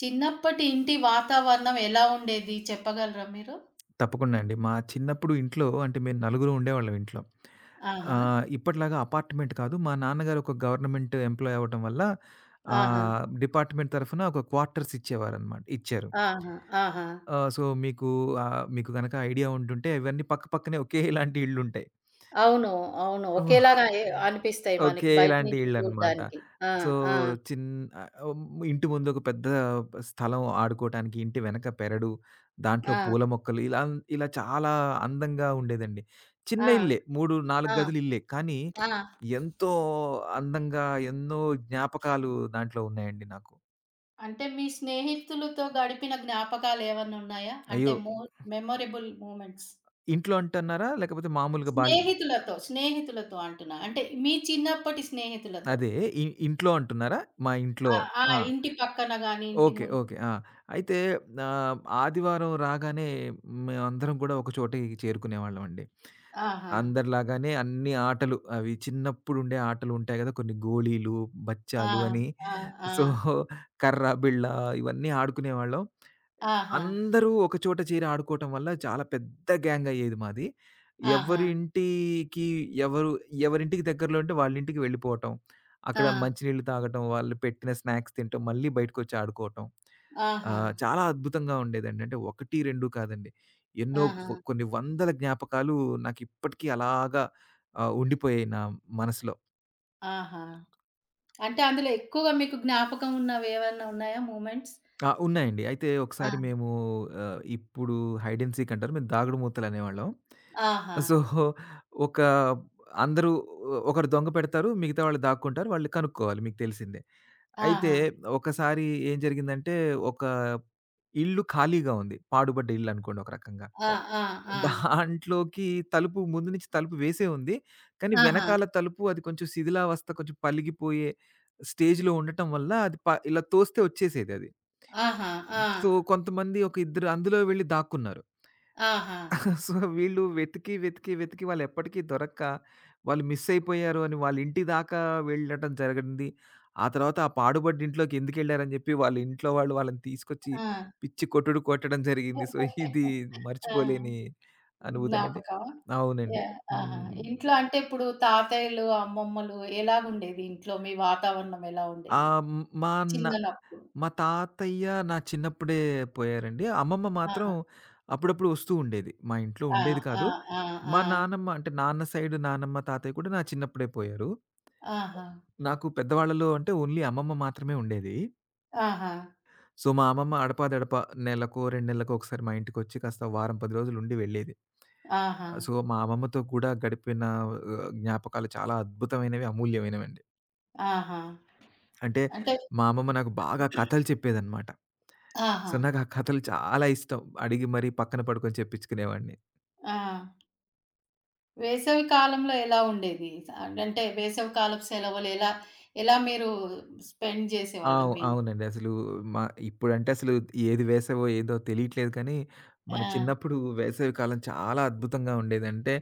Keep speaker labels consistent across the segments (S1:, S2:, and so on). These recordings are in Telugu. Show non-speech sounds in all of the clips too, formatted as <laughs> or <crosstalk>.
S1: చిన్నప్పటి ఇంటి వాతావరణం ఎలా ఉండేది చెప్పగలరా మీరు?
S2: తప్పకుండా అండి. మా చిన్నప్పుడు ఇంట్లో అంటే మేము నలుగురు ఉండేవాళ్ళం ఇంట్లో.
S1: ఆహా!
S2: ఇప్పటిలాగా అపార్ట్‌మెంట్ కాదు. మా నాన్నగారు ఒక గవర్నమెంట్ ఎంప్లాయ్ అవ్వటం వల్ల
S1: ఆహా!
S2: డిపార్ట్‌మెంట్ తరఫున ఒక క్వార్టర్స్ ఇచ్చేవారనమాట. ఇచ్చారు.
S1: ఆహా! ఆహా!
S2: ఆహ్, సో, మీకు ఆహ్, మీకు గనక ఐడియా ఉంటుంటే ఇవన్నీ పక్క పక్కనే ఒకేలాంటి ఇళ్ళుంటాయి.
S1: అవును. అవును. ఒకేలాగా అనిపిస్తాయి
S2: ఓకే.
S1: మనకి బయట
S2: ఇలాంటి
S1: నుంచి
S2: ఇళ్ళనమాట.
S1: చూడ్డానికి. ఆ!
S2: సో,
S1: ఆ!
S2: చిన్ ఆహ్, హ్మ్, ఇంటి ముందు ఒక పెద్ద స్థలం ఆడుకోటానికి, ఇంటి వెనక పెరడు, దాంట్లో
S1: ఆ!
S2: పూల మొక్కలు ఇలా ఇలా చాలా అందంగా ఉండేదండి. చిన్న
S1: ఆ!
S2: ఇల్లే 3, 4
S1: ఆ!
S2: గదులు ఇల్లే. కానీ
S1: ఆ!
S2: ఎంతో అందంగా ఎన్నో జ్ఞాపకాలు దాంట్లో ఉన్నాయండి నాకు.
S1: అంటే మీ స్నేహితులతో గడిపిన జ్ఞాపకాలు ఏమన్నా ఉన్నాయా?
S2: అయ్యో!
S1: అంటే మెమొరబుల్ మూమెంట్స్.
S2: ఇంట్లో అంటున్నారా? లేకపోతే మామూలుగా బాల్య
S1: స్నేహితులతో, అంటున్నా. అంటే మీ చిన్నప్పటి స్నేహితులతో.
S2: అదే ఇంట్లో అంటున్నారా? మా ఇంట్లో.
S1: ఆ! ఆ!
S2: ఆ!
S1: ఇంటి పక్కన గాని, ఇంటి
S2: ఓకే.
S1: ముందు.
S2: ఓకే. ఆ! అయితే ఆదివారం రాగానే మేమందరం గూడా ఒక చోటకి చేరుకునేవాళ్ళమండి.
S1: ఆహా!
S2: అందరిలాగానే అన్ని ఆటలు అవి చిన్నప్పుడుండే ఆటలుంటాయి గదా! కొన్ని గోళీలు,
S1: ఆ!
S2: బచ్చాలు అని.
S1: ఆ! ఆ!
S2: సో, కర్ర, బిళ్ళ ఇవన్నీ ఆడుకునేవాళ్ళం.
S1: ఆహా!
S2: అందరూ ఒక చోట చేరి ఆడుకోవటం వల్ల చాలా పెద్ద గ్యాంగ్ అయ్యేది మాది.
S1: ఆహా!
S2: ఎవరి ఇంటికి ఎవరు ఎవరింటికి దగ్గరలో ఉంటే వాళ్ళింటికి వెళ్ళిపోవటం.
S1: ఆ!
S2: అక్కడ మంచినీళ్ళు తాగటం, వాళ్ళు పెట్టిన స్నాక్స్ తినటం, మళ్ళీ బయటకొచ్చి ఆడుకోవటం.
S1: ఆహా!
S2: చాలా అద్భుతంగా ఉండేదండి. అంటే 1, 2 కాదండి. ఎన్నో
S1: ఆహా!
S2: వ కొన్ని వందల జ్ఞాపకాలు నాకిప్పటికీ అలాగా ఉండిపోయాయి నా మనసులో.
S1: ఆహా! అంటే అందులో ఎక్కువగా మీకు జ్ఞాపకం ఉన్నవేవన్నా ఉన్నాయా మూమెంట్స్?
S2: ఆ! ఉన్నాయండి. అయితే ఒకసారి
S1: ఆ!
S2: మేము ఇప్పుడు హైడ్ అండ్ సీక్ అంటారు. మేము దాగుడుమూతలనేవాళ్ళం.
S1: ఆహా!
S2: సో, ఒక అందరూ ఒకరు దొంగ పెడతారు. మిగతా వాళ్ళు దాక్కుంటారు. వాళ్ళు కనుక్కోవాలి మీకు తెలిసిందే. అయితే
S1: ఆహా!
S2: ఒకసారి ఏం జరిగిందంటే, ఒక ఇల్లు ఖాళీగా ఉంది. పాడుబడ్డ ఇల్లు అనుకోండి ఒక రకంగా.
S1: ఆ! ఆ! ఆ!
S2: దాంట్లోకి తలుపు ముందు నుంచి తలుపు వేసే ఉంది. కానీ
S1: ఆహా!
S2: వెనకాల తలుపు అది కొంచెం శిథిలావస్థ కొంచెం పలిగిపోయే స్టేజ్‌లో ఉండటం వల్ల అది ఇలా తోస్తే వచ్చేసేదది.
S1: ఆహా! ఆ!
S2: సో, కొంతమంది ఒక ఇద్దరు అందులో వెళ్లి దాక్కున్నారు.
S1: ఆహా!
S2: సో, వీళ్ళు వెతికి, వాళ్ళెప్పటికి దొరక్క, వాళ్ళు మిస్ అయిపోయారు అని వాళ్ళ ఇంటి దాకా వెళ్ళటం జరిగింది. ఆ తర్వాత ఆ పాడుబడ్డ ఇంట్లోకి ఎందుకెళ్లారని జెప్పి, వాళ్ళ ఇంట్లో వాళ్ళు వాళ్ళని తీసుకొచ్చి
S1: ఆ!
S2: పిచ్చి కొట్టుడు కొట్టడం జరిగింది. సో, ఇది
S1: ఆ!
S2: మర్చిపోలేని అనుభూతనండి.
S1: జ్ఞాపకమా?
S2: అవునండి.
S1: యాహ్! ఆహా!
S2: హ్మ్.
S1: ఇంట్లో అంటే ఇప్పుడు తాతయ్యలు, అమ్మమ్మలు ఎలాగుండేది ఇంట్లో మీ వాతావరణం ఎలా ఉండేది?
S2: ఆహ్, మా న
S1: చిన్ననప్పుడు.
S2: మా తాతయ్య నా చిన్నప్పుడే పోయారండి. అమ్మమ్మ మాత్రం
S1: ఆహా!
S2: అప్పుడప్పుడు వస్తూ ఉండేది. మా ఇంట్లో
S1: ఆ!
S2: ఉండేది
S1: ఆ!
S2: కాదు.
S1: ఆ!
S2: మా
S1: ఆ!
S2: నానమ్మ అంటే నాన్న సైడ్ నానమ్మ, తాతయ్య కూడా నా చిన్నప్పుడే పోయారు.
S1: ఆహా!
S2: నాకు పెద్దవాళ్ళలో అంటే ఓన్లీ అమ్మమ్మ మాత్రమే ఉండేది.
S1: ఆహా!
S2: సో, మా అమ్మమ్మ అడపాదడపా నెలకో, 2 నెలలకో ఒకసారి మా ఇంటికొచ్చి కాస్త వారం, 10 రోజులు ఉండి వెళ్ళేది.
S1: ఆహా!
S2: సో, మా అమ్మమ్మతో కూడా గడిపిన ఆహ్, జ్ఞాపకాలు చాలా అద్భుతమైనవి, అమూల్యమైనవండి.
S1: ఆహా!
S2: అంటే
S1: అంటే
S2: మా అమ్మమ్మ నాకు బాగా కథలు చెప్పేదనమాట. సో,
S1: ఆహా!
S2: నాకు ఆ కథలు చాలా ఇష్టం. అడిగి మరీ పక్కన పడుకొని చెప్పించుకునేవాడిని.
S1: ఆ! వేసవి కాలంలో ఎలా ఉండేది? అంటే వేసవి కాలపు సెలవులు ఎలా, ఎలా మీరు స్పెండ్ చేసేవాళ్ళు
S2: అవు
S1: మీ
S2: అవునండి. అసలు మ ఇప్పుడంటే అసలు ఏది వేసవో ఏదో తెలియట్లేదు కానీ, మన
S1: ఆ!
S2: చిన్నప్పుడు వేసవి కాలం చాలా అద్భుతంగా ఉండేది. అంటే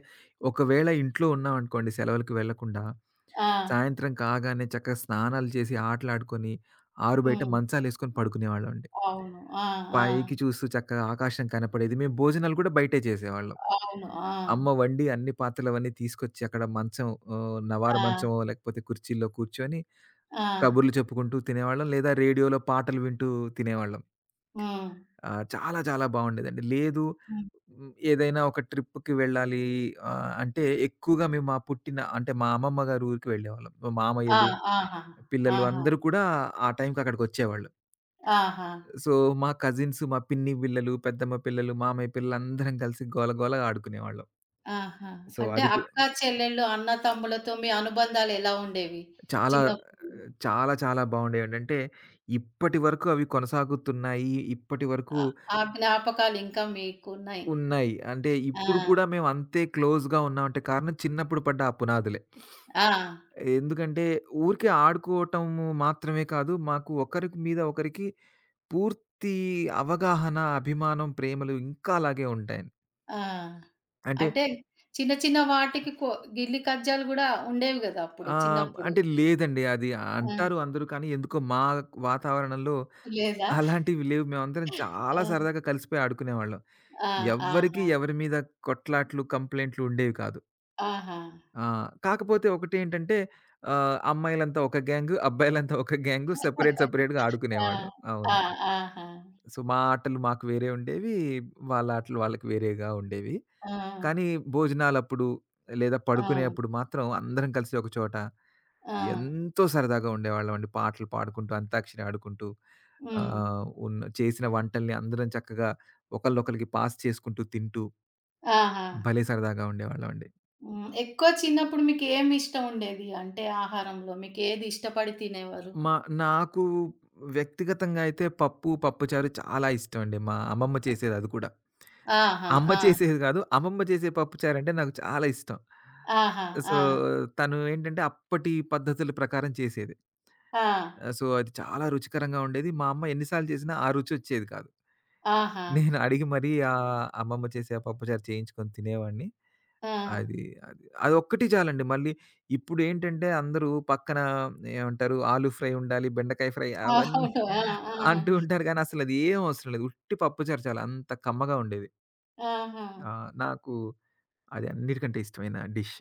S2: ఒకవేళ ఇంట్లో ఉన్నామనుకోండి సెలవులకి వెళ్ళకుండా,
S1: ఆ!
S2: సాయంత్రం కాగానే చక్కగా స్నానాలు చేసి ఆటలాడుకొని, ఆరు బయట
S1: హ్మ్.
S2: మంచాలేసుకొని పడుకునేవాళ్ళమండి.
S1: అవును. ఆ! ఆ!
S2: పైకి చూస్తూ చక్కగా ఆకాశం కనపడేది. మేము భోజనాలు కూడా బయటే చేసేవాళ్ళం.
S1: అవును. ఆ!
S2: అమ్మ వండి అన్ని పాత్రలవన్నీ తీసుకొచ్చి అక్కడ మంచం నవార
S1: ఆ!
S2: మంచమో లేకపోతే కుర్చీల్లో కూర్చొని
S1: ఆ!
S2: కబుర్లు చెప్పుకుంటూ తినేవాళ్ళం. లేదా రేడియోలో పాటలు వింటూ తినేవాళ్ళం.
S1: హ్మ్.
S2: చాలా చాలా బావుండేదండి. లేదు
S1: హ్మ్.
S2: హ్మ్, ఏదైనా ఒక ట్రిప్‌కి వెళ్ళాలి అంటే ఎక్కువగా మేము మా పుట్టిన అంటే మా అమ్మమ్మ గారి ఊరికి వెళ్ళేవాళ్ళం.
S1: ఆ!
S2: మామయ్యలు,
S1: ఆహా!
S2: పిల్లలు
S1: ఆహా!
S2: అందరూ కూడా ఆ టైంకి అక్కడికొచ్చేవాళ్ళు.
S1: ఆహా!
S2: సో, మా కజిన్స్, మా పిన్ని పిల్లలు, పెద్దమ్మ పిల్లలు, మామయ్య పిల్లలు అందరం కలిసి గోల గోల ఆడుకునేవాళ్ళం.
S1: ఆహా!
S2: సో,
S1: అంటే
S2: అది
S1: అక్కా, చెల్లెళ్ళు, అన్న, తమ్ములతో మీ అనుబంధాలు ఎలా ఉండేవి
S2: చాలా
S1: చిన్నప్పుడు?
S2: చాలా, చాలా బావుండేవండి. అంటే ఇప్పటి వరకు అవి కొనసాగుతున్నాయి. ఇప్పటి వరకు
S1: ఆ ఆ జ్ఞాపకాలు ఇంకా మీకున్నాయి.
S2: ఉన్నాయి. అంటే
S1: ఆ!
S2: ఇప్పుడు కూడా మేము అంతే క్లోజ్‌గా ఉన్నామంటే కారణం చిన్నప్పుడు పడ్డ ఆ పునాదులే.
S1: ఆ!
S2: ఎందుకంటే ఊరికే ఆడుకోవటం మాత్రమే కాదు. మాకు ఒకరికి మీద ఒకరికి పూర్తి అవగాహన, అభిమానం, ప్రేమలు ఇంకా అలాగే ఉంటాయండి.
S1: ఆ!
S2: అంటే
S1: అంటే చిన్న చిన్న వాటికి గిల్లి కజ్జాలు గూడా ఉండేవి గదా! అప్పుడు చిన్నప్పుడు.
S2: అంటే లేదండి. అది
S1: ఆ!
S2: అంటారు అందరూ కానీ ఎందుకో మా వాతావరణంలో
S1: లేదా?
S2: అలాంటివి లేవు. మేమందరం చాలా
S1: ఆ!
S2: సరదాగా కలిసిపోయి ఆడుకునేవాళ్ళం.
S1: ఆ!
S2: ఎవ్వరికీ
S1: ఆహా!
S2: ఎవరి మీద కొట్లాట్లు, కంప్లెయింట్లు ఉండేవి కాదు.
S1: ఆహా!
S2: ఆ! కాకపోతే ఒకటేంటంటే అమ్మాయిలంతా ఒక గ్యాంగు, అబ్బాయిలంతా ఒక గ్యాంగు సెపరేట్‌గా
S1: ఆ!
S2: ఆడుకునేవాళ్ళం.
S1: ఆ!
S2: అవును.
S1: ఆహా!
S2: సో, మా ఆటలు మాకు వేరే ఉండేవి. వాళ్ళ ఆటలు వాళ్ళకి వేరేగా ఉండేవి.
S1: ఆ!
S2: కానీ భోజనాలప్పుడు లేదా
S1: ఆ!
S2: పడుకునేప్పుడు మాత్రం అందరం కలిసి ఒక చోట
S1: ఆ!
S2: ఎంతో సరదాగా ఉండేవాళ్ళమండి. పాటలు పాడుకుంటూ, అంతాక్షరి ఆడుకుంటూ
S1: హ్మ్.
S2: ఆహ్, ఉన్న చేసిన వంటల్ని అందరం చక్కగా ఒకళ్ళొకళ్ళకి పాస్ చేసుకుంటూ తింటూ
S1: ఆహా!
S2: భలే సరదాగా ఉండేవాళ్ళమండి.
S1: హ్మ్. ఎక్కువ చిన్నప్పుడు మీకు ఏమి ఇష్టం ఉండేది? అంటే ఆహారంలో మీకేది ఇష్టపడి తినేవారు?
S2: మా నాకు వ్యక్తిగతంగా అయితే పప్పు, పప్పుచారు చాలా ఇష్టం అండి. మా అమ్మమ్మ చేసేది అది కూడా.
S1: ఆహా!
S2: అమ్మ
S1: ఆ!
S2: చేసేది కాదు. అమ్మమ్మ చేసే పప్పుచారంటే నాకు చాలా ఇష్టం.
S1: ఆహా!
S2: సో,
S1: ఆ!
S2: తను ఏంటంటే అప్పటి పద్ధతుల ప్రకారం చేసేది.
S1: ఆ!
S2: సో, అది చాలా రుచికరంగా ఉండేది. మా అమ్మ ఎన్ని సార్లు చేసినా ఆ రుచొచ్చేది కాదు.
S1: ఆహా!
S2: నేను అడిగి మరీ అమ్మమ్మ చేసే ఆ పప్పుచారు చేయించుకొని తినేవాడిని.
S1: ఆ!
S2: అది. అది. అదొక్కటి చాలండి. మళ్ళీ ఇప్పుడేంటంటే అందరూ పక్కన ఏమంటారు ఆలు ఫ్రై ఉండాలి, బెండకాయ ఫ్రై అవన్నీ
S1: అవును. ఆ! ఆ!
S2: అంటూ ఉంటారు గానీ అసలది ఏం అవసరం లేదు. ఉట్టి పప్పుచారు చాలు అంత కమ్మగా ఉండేది.
S1: ఆహా!
S2: నాకు అది అన్నిటికంటే ఇష్టమైన డిష్.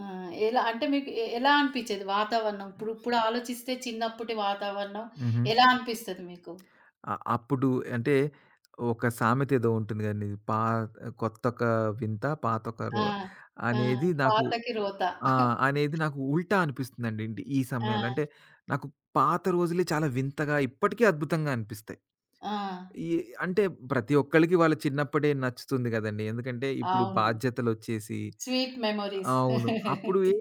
S1: ఆ! ఎలా అంటే మీకు ఎలా అనిపిచ్చేది వాతావరణం? ఇప్పుడు ఇప్పుడు ఆలోచిస్తే చిన్నప్పటి వాతావరణం
S2: హుహు.
S1: ఎలా అనిపిస్తది మీకు?
S2: అప్పుడు అంటే ఒక సామెత ఏదో ఉంటుంది గదండీ. కొత్తొక వింత పాతొక
S1: ఆ!
S2: రో
S1: ఆ!
S2: అనేది నాకు
S1: పాతకి రోత.
S2: ఆ! అనేది నాకు ఉల్టా అనిపిస్తుందండి. ఇంటి ఈ సమయంలో. అంటే
S1: ఆ!
S2: నాకు పాత రోజులే చాలా వింతగా ఇప్పటికీ అద్భుతంగా అనిపిస్తాయి.
S1: ఆ!
S2: ఈ అంటే ప్రతి ఒక్కళ్ళకి వాళ్ళ చిన్నప్పుడే నచ్చుతుంది గదండీ! ఎందుకంటే ఇప్పుడు
S1: అవును.
S2: బాధ్యతలొచ్చేసి
S1: స్వీట్ మెమోరీస్.
S2: అవును. అప్పుడు ఏం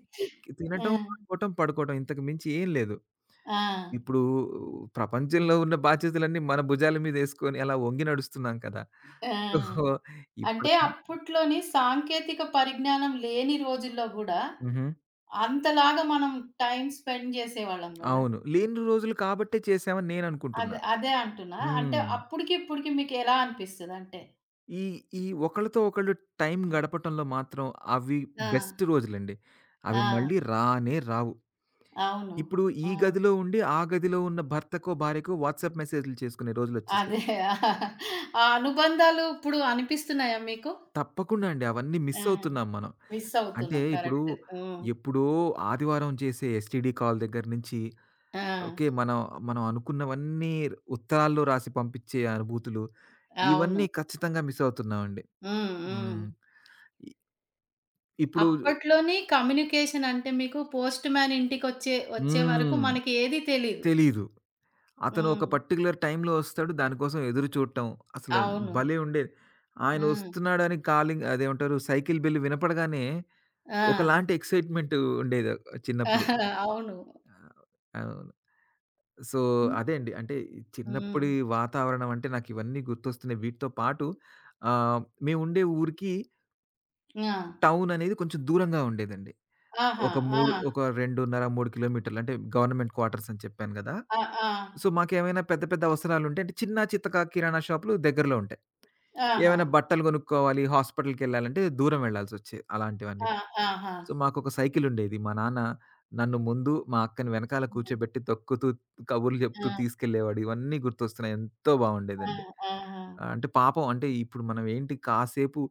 S1: ఆ!
S2: తినటం, ఆడుకోవటం, పడుకోవటం ఇంతకు మించి ఏం లేదు.
S1: ఆ!
S2: ఇప్పుడు ప్రపంచంలో ఉన్న బాధ్యతలన్నీ మన భుజాల మీదేసుకొని అలా ఒంగి నడుస్తున్నాం కదా! సో,
S1: ఆ!
S2: ఇప్పుడు
S1: అంటే అప్పట్లోని సాంకేతిక పరిజ్ఞానం లేని రోజుల్లో గూడా
S2: హుహు.
S1: అంతలాగా మనం టైమ్ స్పెండ్ జేసేవాళ్ళం గదా!
S2: అవును. లేని రోజులు కాబట్టే చేశామని నేననుకుంటున్నా.
S1: అదే అదే అంటున్నా. అంటే
S2: హ్మ్.
S1: అప్పటికి, ఇప్పటికి మీకు ఎలా అనిపిస్తదంటే?
S2: ఈ ఈ ఒకళ్ళతో ఒకళ్ళు టైం గడపటంలో మాత్రం అవి
S1: ఆ!
S2: బెస్ట్ రోజులండి. అవి మళ్ళీ
S1: ఆ!
S2: రానే రావు.
S1: అవును.
S2: ఇప్పుడు ఈ
S1: ఆ!
S2: గదిలో ఉండి, ఆ గదిలో ఉన్న భర్తకో, భార్యకో వాట్సాప్ మెసేజ్‌లు చేసుకునే రోజులొచ్చేసాయి.
S1: అదే. ఆ అనుబంధాలు ఇప్పుడు అనిపిస్తున్నాయా మీకు?
S2: తప్పకుండా అండి. అవన్నీ
S1: ఆ!
S2: మిస్ అవుతున్నాం మనం.
S1: మిస్
S2: అంటే
S1: అవుతున్నాం.
S2: ఇప్పుడు
S1: కరెక్ట్. హ్మ్.
S2: ఎప్పుడో ఆదివారం చేసే ఎస్‌టిడి కాల్ దగ్గర నుంచి
S1: ఆ!
S2: ఓకే. మనం మనం అనుకున్నవన్నీ ఉత్తరాల్లో రాసి పంపించే అనుభూతులు,
S1: అవును.
S2: ఇవన్నీ ఖచ్చితంగా మిస్ అవుతున్నామండి.
S1: హ్మ్. హ్మ్.
S2: హ్మ్. ఇ ఇప్పుడు
S1: అప్పట్లోని కమ్యూనికేషన్ అంటే మీకు పోస్ట్ మ్యాన్ ఇంటికొచ్చే వచ్చే వరకు
S2: హ్మ్.
S1: మనకి ఏది తెలీదు.
S2: తెలీదు. అతను ఒక
S1: హ్మ్.
S2: పర్టిక్యులర్ టైంలో వస్తాడు. దానికోసం ఎదురు చూడటం. అసలు
S1: అవును.
S2: భలే ఉండేది. ఆయన
S1: హ్మ్.
S2: వస్తున్నాడని కాలింగ్ అదేమంటారు సైకిల్ బెల్ వినపడగానే
S1: ఆ!
S2: ఒకలాంటి ఎక్సైట్‌మెంట్ ఉండేది చిన్నప్పుడు.
S1: <laughs> అవును.
S2: ఆహ్, అవును. సో,
S1: హ్మ్.
S2: అదే అండి. అంటే ఈ
S1: హ్మ్.
S2: చిన్నప్పటి వాతావరణం అంటే నాకు ఇవన్నీ గుర్తొస్తున్నాయి. వీటితో పాటు ఆహ్, మేముండే ఊరికి
S1: ఆ!
S2: టౌన్ అనేది కొంచెం దూరంగా ఉండేదండి.
S1: ఆహా!
S2: ఒక
S1: ఆ!
S2: 3 ఒక 2.5, 3 కిలోమీటర్లు. అంటే గవర్నమెంట్ క్వార్టర్స్ అని చెప్పాను గదా!
S1: ఆ! ఆ!
S2: సో, మాకేమైనా పెద్ద పెద్ద అవసరాలుంటే అంటే చిన్నా చితకా కిరాణా షాపులు దగ్గరలో ఉంటాయి.
S1: ఆహా!
S2: ఏమైనా బట్టలు గొనుక్కోవాలి, హాస్పిటల్‌కెళ్ళాలంటే దూరం వెళ్ళాల్సొచ్చేది
S1: ఆ!
S2: అలాంటివన్నిటికి.
S1: ఆహా!
S2: సో, మాకొక సైకిలుండేది. మా నాన్న నన్ను ముందు, మా అక్కని వెనకాల
S1: హ్మ్.
S2: కూర్చోబెట్టి తొక్కుతూ, కబుర్లు జెప్తూ
S1: ఆ!
S2: తీసుకెళ్ళేవాడు. ఇవన్నీ గుర్తొస్తున్నాయి. ఎంతో
S1: ఆ!
S2: బావుండేదండి.
S1: ఆహా!
S2: ఆ! అంటే పాపం అంటే ఇప్పుడు మనం ఏంటి కాసేపు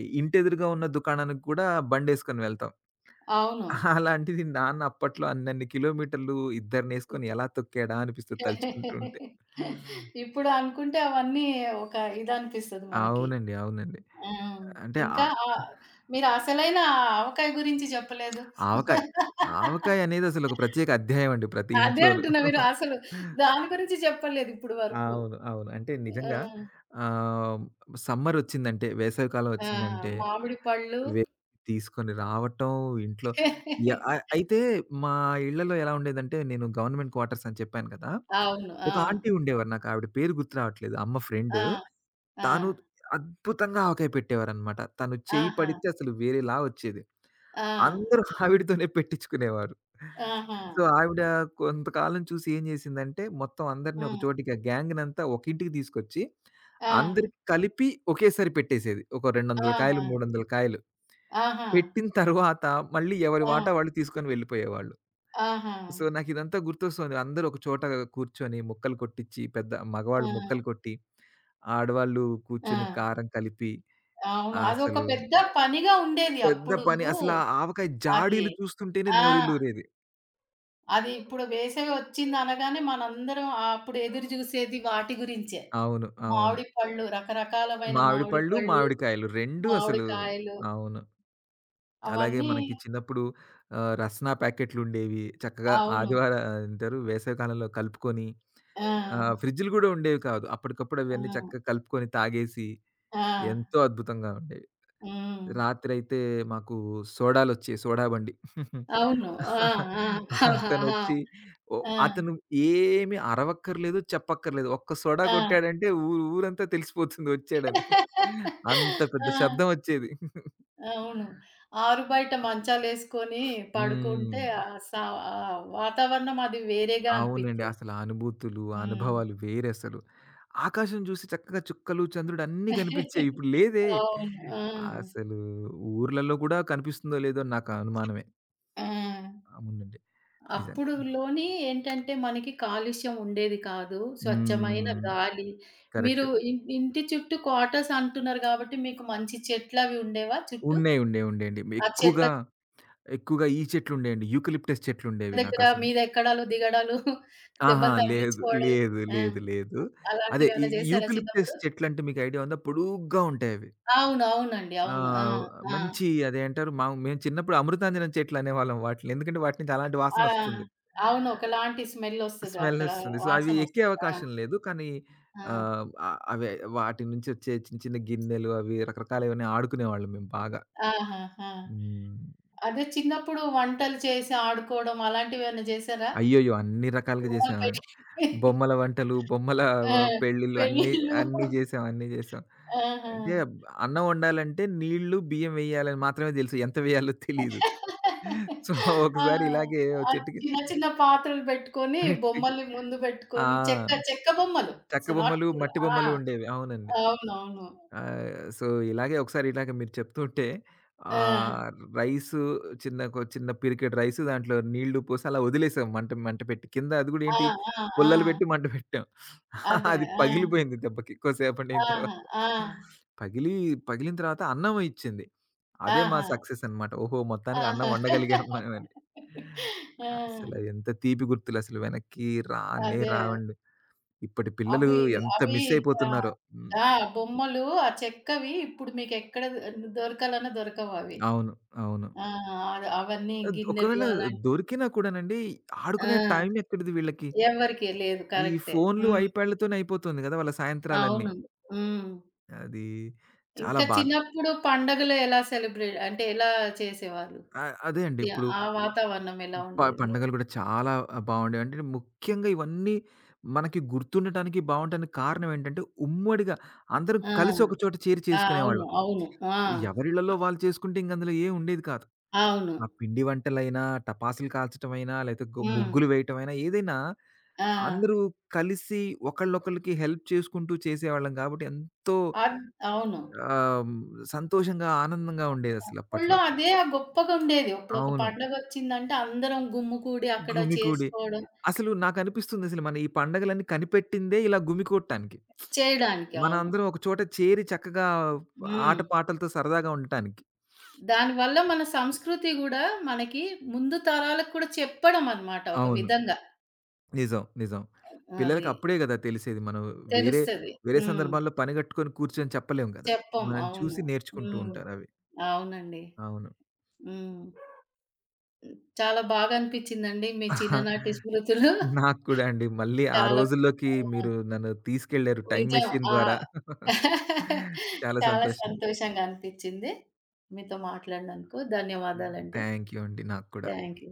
S2: ఇంటెదురుగా ఉన్న దుకాణానికి కూడా బండేసుకొని వెళ్తాం.
S1: అవును.
S2: అలాంటిది నాన్న అప్పట్లో అన్నన్ని కిలోమీటర్లు ఇద్దరినేసుకొని ఎలా తొక్కాడా అనిపిస్తది తలుచుకుంటూ ఉంటే.
S1: ఇప్పుడు అనుకుంటే అవన్నీ ఒక ఇదనిపిస్తది మనకి.
S2: అవునండి. అవునండి.
S1: ఆ!
S2: అంటే ఆ
S1: ఇంకా మీరు అసలైన ఆవకాయ గురించి చెప్పలేదు.
S2: ఆవకాయ, ఆవకాయ అనేది అసలొక ప్రత్యేక అధ్యాయం అండి ప్రతి
S1: అదే
S2: ఇంట్లోనూ.
S1: అంటున్నా మీరు అసలు దాని గురించి చెప్పలేదు ఇప్పుడు వరకు.
S2: అవును. అవును. అంటే
S1: ఆ!
S2: నిజంగా ఆహ్, సమ్మరొచ్చిందంటే, వేసవికాలం
S1: ఆ!
S2: వచ్చిందంటే
S1: మామిడి పళ్ళు.
S2: వె తీసుకొని రావటం ఇంట్లో అయితే మా ఇళ్ళలో ఎలా ఉండేదంటే, నేను గవర్నమెంట్ క్వార్టర్స్ అని చెప్పాను కదా!
S1: అవును. ఆ!
S2: ఒక ఆంటీ ఉండేవారు. నాకు ఆవిడ పేరు గుర్తు రావట్లేదు. అమ్మ ఫ్రెండ్.
S1: ఆ! ఆ!
S2: తాను అద్భుతంగా ఆవకాయ పెట్టేవారనమాట. తను చెయ్యి
S1: ఆహా!
S2: పడితే అసలు వేరేలా వచ్చేది.
S1: ఆ!
S2: అందరూ ఆవిడతోనే పెట్టించుకునేవారు.
S1: ఆహా!
S2: సో, ఆవిడ కొంతకాలం చూసి ఏం చేసిందంటే, మొత్తం అందరిని
S1: ఆ!
S2: ఒక చోటికి ఆ గ్యాంగ్‌నంతా ఒక ఇంటికి తీసుకొచ్చి,
S1: ఆ!
S2: అందరికి కలిపి ఒకేసారి పెట్టేసేది. ఒక 200 కాయలు,
S1: ఆహా!
S2: 300 కాయలు.
S1: ఆహా!
S2: పెట్టిన తర్వాత మళ్ళీ ఎవరి
S1: ఆ!
S2: వాటా వాళ్ళు తీసుకొని వెళ్ళిపోయేవాళ్ళు.
S1: ఆహా!
S2: సో, నాకిదంతా గుర్తొస్తుంది. అందరూ ఒక చోట కూర్చొని ముక్కలు కొట్టిచ్చి, పెద్ద
S1: ఆ!
S2: మగవాళ్ళు ముక్కలు కొట్టి, ఆడవాళ్ళు
S1: ఆ!
S2: కూర్చొని కారం కలిపి,
S1: అవును.
S2: ఆ
S1: అదొక
S2: అసలు
S1: పెద్ద పనిగా ఉండేది
S2: పెద్ద
S1: అప్పుడు.
S2: పని. అసల ఆ ఆవకాయ
S1: అది.
S2: జాడీలు చూస్తుంటేనే
S1: ఆ!
S2: నోరిల్లూరేది.
S1: అది ఇప్పుడు వేసవి వచ్చిందనగానే మనందరం అప్పుడు ఎదురు జూసేది వాటి గురించే.
S2: అవును. అవును.
S1: మామిడి పళ్ళు, రకరకాలమైన
S2: మామిడి
S1: మామిడి
S2: పళ్ళు,
S1: పళ్ళు,
S2: మామిడికాయలు 2 అసలు
S1: మామిడికాయలు
S2: అవును. అలాగే
S1: అవన్నీ
S2: మనకి చిన్నప్పుడు రస్నా ప్యాకెట్లుండేవి. చక్కగా
S1: అవును.
S2: ఆదివార ఏమంటారు వేసవి కాలంలో కలుపుకొని
S1: ఆ!
S2: ఫ్రిడ్జ్‌లు గూడా ఉండేవి కాదు. అప్పటికప్పుడు
S1: ఆ!
S2: అవన్నీ చక్కగా కలుపుకొని తాగేసి
S1: ఆ!
S2: ఎంతో అద్భుతంగా ఉండేవి.
S1: హ్మ్.
S2: రాత్రయితే మాకు సోడాలొచ్చేవి. సోడా బండి.
S1: అవును. ఆ! ఆ!
S2: <laughs> అతనొచ్చి
S1: <laughs>
S2: ఓ
S1: ఆ!
S2: అతను ఏమి అరవక్కర్లేదు, చెప్పక్కర్లేదు. ఒక్క సోడా
S1: ఆ!
S2: కొట్టాడంటే ఊరు ఊరంతా తెలిసిపోతుంది వచ్చాడని. అంత పెద్ద
S1: ఆ! ఆ!
S2: శబ్దం వచ్చేది. <laughs>
S1: అవును. ఆరుబయట మంచాలేసుకొని
S2: హ్మ్.
S1: పడుకుంటే ఆ సా ఆ వాతావరణం అది వేరేగా
S2: అవునండి.
S1: అనిపిచ్చేది.
S2: అసల ఆ అనుభూతులు, ఆ
S1: హ్మ్.
S2: అనుభవాలు వేరసలు. ఆకాశం చూసి చక్కగా చుక్కలు, చంద్రుడు అన్నీ కనిపించేయి. <laughs> ఇప్పుడు లేదే.
S1: అవును. ఆ!
S2: అసలు ఊర్లలో కూడా కనిపిస్తుందో లేదో నాకు అనుమానమే.
S1: ఆ!
S2: అవునండి. నిజంగా.
S1: అప్పుడులోని ఏంటంటే మనకి కాలుష్యం ఉండేది కాదు. స్వచ్ఛమైన
S2: హ్మ్.
S1: గాలి. మీరు
S2: కరెక్ట్.
S1: ఇంటి చుట్టూ క్వార్టర్స్ అంటున్నారు గాబట్టి మీకు మంచి చెట్లవి ఉండేవా చుట్టూ?
S2: ఉన్నాయి. ఉండేయండి.
S1: ఆ చెట్ల
S2: ఎక్కువగా ఈ చెట్లుండేయండి. యూకలిప్టస్ చెట్లుండేవి
S1: దగ్గర
S2: నాకసలు.
S1: మీద ఎక్కడాలు, దిగడాలు
S2: అహా!
S1: దెబ్బలు
S2: లేదు.
S1: తగిలించుకోవడం
S2: లేదు.
S1: ఆ!
S2: లేదు. లేదు. అదే ఈ
S1: అలాంటివేమైనా జేశారా
S2: యూకలిప్టస్
S1: చిన్నప్పుడు?
S2: చెట్లంటే మీకు ఐడియా ఉందా? పొడుగ్గా ఉంటాయవి.
S1: అవును. అవునండి.
S2: ఆ!
S1: అవును. ఆ! ఆ!
S2: మంచి అదేంటారు మేము చిన్నప్పుడు అమృతాంజనం చెట్లనేవాళ్ళం వాటిలిని. ఎందుకంటే వాటి నుంచి అలాంటి
S1: ఆ!
S2: వాసనొస్తుంది.
S1: అవును. ఒకలాంటి స్మెల్లొస్తది. అక్కడ
S2: స్మెల్లొస్తుంది. సో, అవి ఎక్కే
S1: వాసనొస్తది. ఆ!
S2: అవకాశం లేదు. కానీ
S1: ఆ!
S2: ఆహ్, ఆహ్, అవే వాటి నుంచి వచ్చే చిన్న చిన్న గిన్నెలు అవి రకరకాలవన్నీ ఆడుకునేవాళ్ళం మేము బాగా.
S1: ఆహాహా!
S2: హ్మ్.
S1: అదే చిన్నప్పుడు వంటలు చేసి ఆడుకోవడం అలాంటివేమైనా చేశారా?
S2: అయ్యోయ్యో! అన్ని రకాలుగా
S1: బొమ్మలు
S2: చేసామండి.
S1: పెట్టి
S2: బొమ్మల వంటలు, బొమ్మల
S1: ఆ!
S2: పెళ్ళిళ్ళు అన్నీ
S1: పెళ్ళిళ్ళు.
S2: అన్నీ చేసాం.
S1: ఆహా!
S2: అంటే అన్నం వండాలంటే నీళ్లు, బియ్యం వేయాలని మాత్రమే తెలుసు. ఎంత వేయాలో తెలీదు. సో,
S1: ఆ!
S2: ఒకసారి ఇలాగే ఓ
S1: ఆ
S2: చెట్టుకి
S1: చిన్న చిన్న పాత్రలు పెట్టుకొని,
S2: పెట్టి
S1: బొమ్మల్ని ముందు
S2: ఆ!
S1: పెట్టుకొని చెక్క చెక్క బొమ్మలు.
S2: చెక్క
S1: ఇట్స్ నాట్
S2: బొమ్మలు, మట్టి
S1: ఆ!
S2: బొమ్మలు ఉండేవి. అవునండి.
S1: అవునవును.
S2: సో, ఇలాగే ఒకసారి ఇలాగ మీరు చెప్తుంటే
S1: ఆ!
S2: ఆహ్, రైసు చిన్న పిరికెడు రైసు దాంట్లో నీళ్లు పోసి అలా వదిలేసాం మంట మంట పెట్టి. కింద అది గూడా
S1: ఆ!
S2: ఏంటి
S1: ఆ! ఆ!
S2: పుల్లలు పెట్టి మంట పెట్టాం. <laughs>
S1: అదే.
S2: అది
S1: ఆ!
S2: పగిలిపోయింది దెబ్బకి కొద్దిసేపడిన
S1: ఆహా!
S2: తర్వాత.
S1: ఆ!
S2: పగిలి పగిలిన తర్వాత అన్నం ఇచ్చింది. అదే మా
S1: ఆహా!
S2: సక్సెస్ అన్నమాట. ఓహో! మొత్తానికి అన్నం
S1: ఆహా!
S2: వండగలిగాం మనమని.
S1: ఆ!
S2: అసలు అది ఎంత తీపి గుర్తులసలు వెనక్కి రానే
S1: అదే.
S2: రావండి. ఇప్పటి పిల్లలు
S1: అవి
S2: ఎంత
S1: అవి
S2: మిస్
S1: చా
S2: అయిపోతున్నారో. హ్మ్.
S1: ఆ! బొమ్మలు ఆ చెక్కవి ఇప్పుడు మీకెక్కడ దొరకాలన్నా దొరకవవి.
S2: అవును. అవును.
S1: ఆ! అవన్నీ గిన్నెలు
S2: ఒకవేళ దొరికినా కూడానండి,
S1: ఆ!
S2: ఆడుకునే టైం ఎక్కడిది వీళ్ళకి?
S1: ఎవ్వరికీ లేదు.
S2: ఈ
S1: కరెక్టే.
S2: ఫోన్‌లు,
S1: హ్మ్.
S2: ఐప్యాడ్‌లతోనే అయిపోతుంది గదా! వాళ్ళ సాయంత్రాలన్నీ.
S1: అవును. హ్మ్.
S2: అది చాలా
S1: ఇంకా
S2: బాధ.
S1: చిన్నప్పుడు పండగలు ఎలా సెలబ్రేట్ అంటే ఎలా చేసేవాళ్ళు?
S2: అదే అండి.
S1: యాహ్!
S2: ఇప్పుడు
S1: ఆ వాతావరణం ఎలా
S2: ప
S1: ఉండేది?
S2: పండగలు గూడా చాలా బావుండేవి. అంటే ముఖ్యంగా ఇవన్నీ మనకి గుర్తుండటానికి, బావుండటానికి కారణం ఏంటంటే, ఉమ్మడిగా అందరం
S1: ఆ!
S2: కలిసి ఒక చోట చేరి
S1: ఆ! అవును.
S2: చేసుకునేవాళ్ళం.
S1: అవును. ఆ!
S2: ఎవరిళ్ళలో వాళ్ళు చేసుకుంటే ఇంక అందులో ఏం ఉండేది కాదు.
S1: అవును.
S2: ఆ పిండి వంటలైనా, టపాసులు కాల్చటమైనా, లేతే గు
S1: హ్మ్.
S2: ముగ్గులు వేయటమైనా ఏదైనా
S1: ఆ!
S2: అందరూ కలిసి ఒకళ్ళొకళ్ళకి హెల్ప్ చేసుకుంటూ చేసేవాళ్ళం గాబట్టి ఎంతో
S1: అద్ అవును.
S2: ఆహ్, హ్మ్, సంతోషంగా, ఆనందంగా ఉండేదసలు
S1: అప్పట్లో
S2: అప్పట్లో.
S1: అదే గొప్పగుండేది. ఇప్పుడొక
S2: అవును.
S1: పండగొచ్చిందంటే అందరం గుమ్ముకూడి అక్కడ
S2: గుమికూడి
S1: చేసుకోవడం
S2: అసలు నాకనిపిస్తుందసలు మన ఈ పండగలన్నీ కనిపెట్టిందే ఇలా గుమికూడటానికి.
S1: చేయడానికి. అవును.
S2: మనందరం ఒక చోట చేరి చక్కగా
S1: హ్మ్.
S2: ఆటపాటలతో సరదాగా ఉండటానికి.
S1: దానివల్ల మన సంస్కృతి గూడా మనకి ముందు తరాలకు కూడా చెప్పడం అనమాట ఒక
S2: అవును.
S1: విధంగా.
S2: నిజం. పిల్లలకి
S1: అది
S2: అప్పుడే గదా తెలిసేది. మనం వేరే,
S1: తెలుస్తది.
S2: వేరే
S1: హ్మ్.
S2: సందర్భాల్లో పని గట్టుకొని కూర్చొని చెప్పలేం గదా!
S1: చెప్పం.
S2: మనం
S1: అవును.
S2: చూసి నేర్చుకుంటూ
S1: హ్మ్.
S2: ఉంటారవి.
S1: అవునండి.
S2: అవును.
S1: హ్మ్. చాలా బాగా అనిపిచ్చిందండి మీ
S2: <laughs> ఆహా.
S1: చిన్ననాటి స్మృతులు.
S2: నాకు కూడా అండి. మళ్ళీ ఆ
S1: చాలా
S2: రోజుల్లోకి
S1: ఆ!
S2: మీరు నన్ను తీసుకెళ్లారు టైమ్
S1: నిజం.
S2: మెషిన్
S1: ఆ!
S2: ద్వారా. <laughs>
S1: <laughs>
S2: చాలా
S1: చాలా
S2: సంతోషంగా.
S1: సంతోషంగా అనిపిచ్చింది. మీతో మాట్లాడినందుకు ధన్యవాదాలండి.
S2: థ్యాంక్ యూ అండి. నాకు కూడా.
S1: Thank you.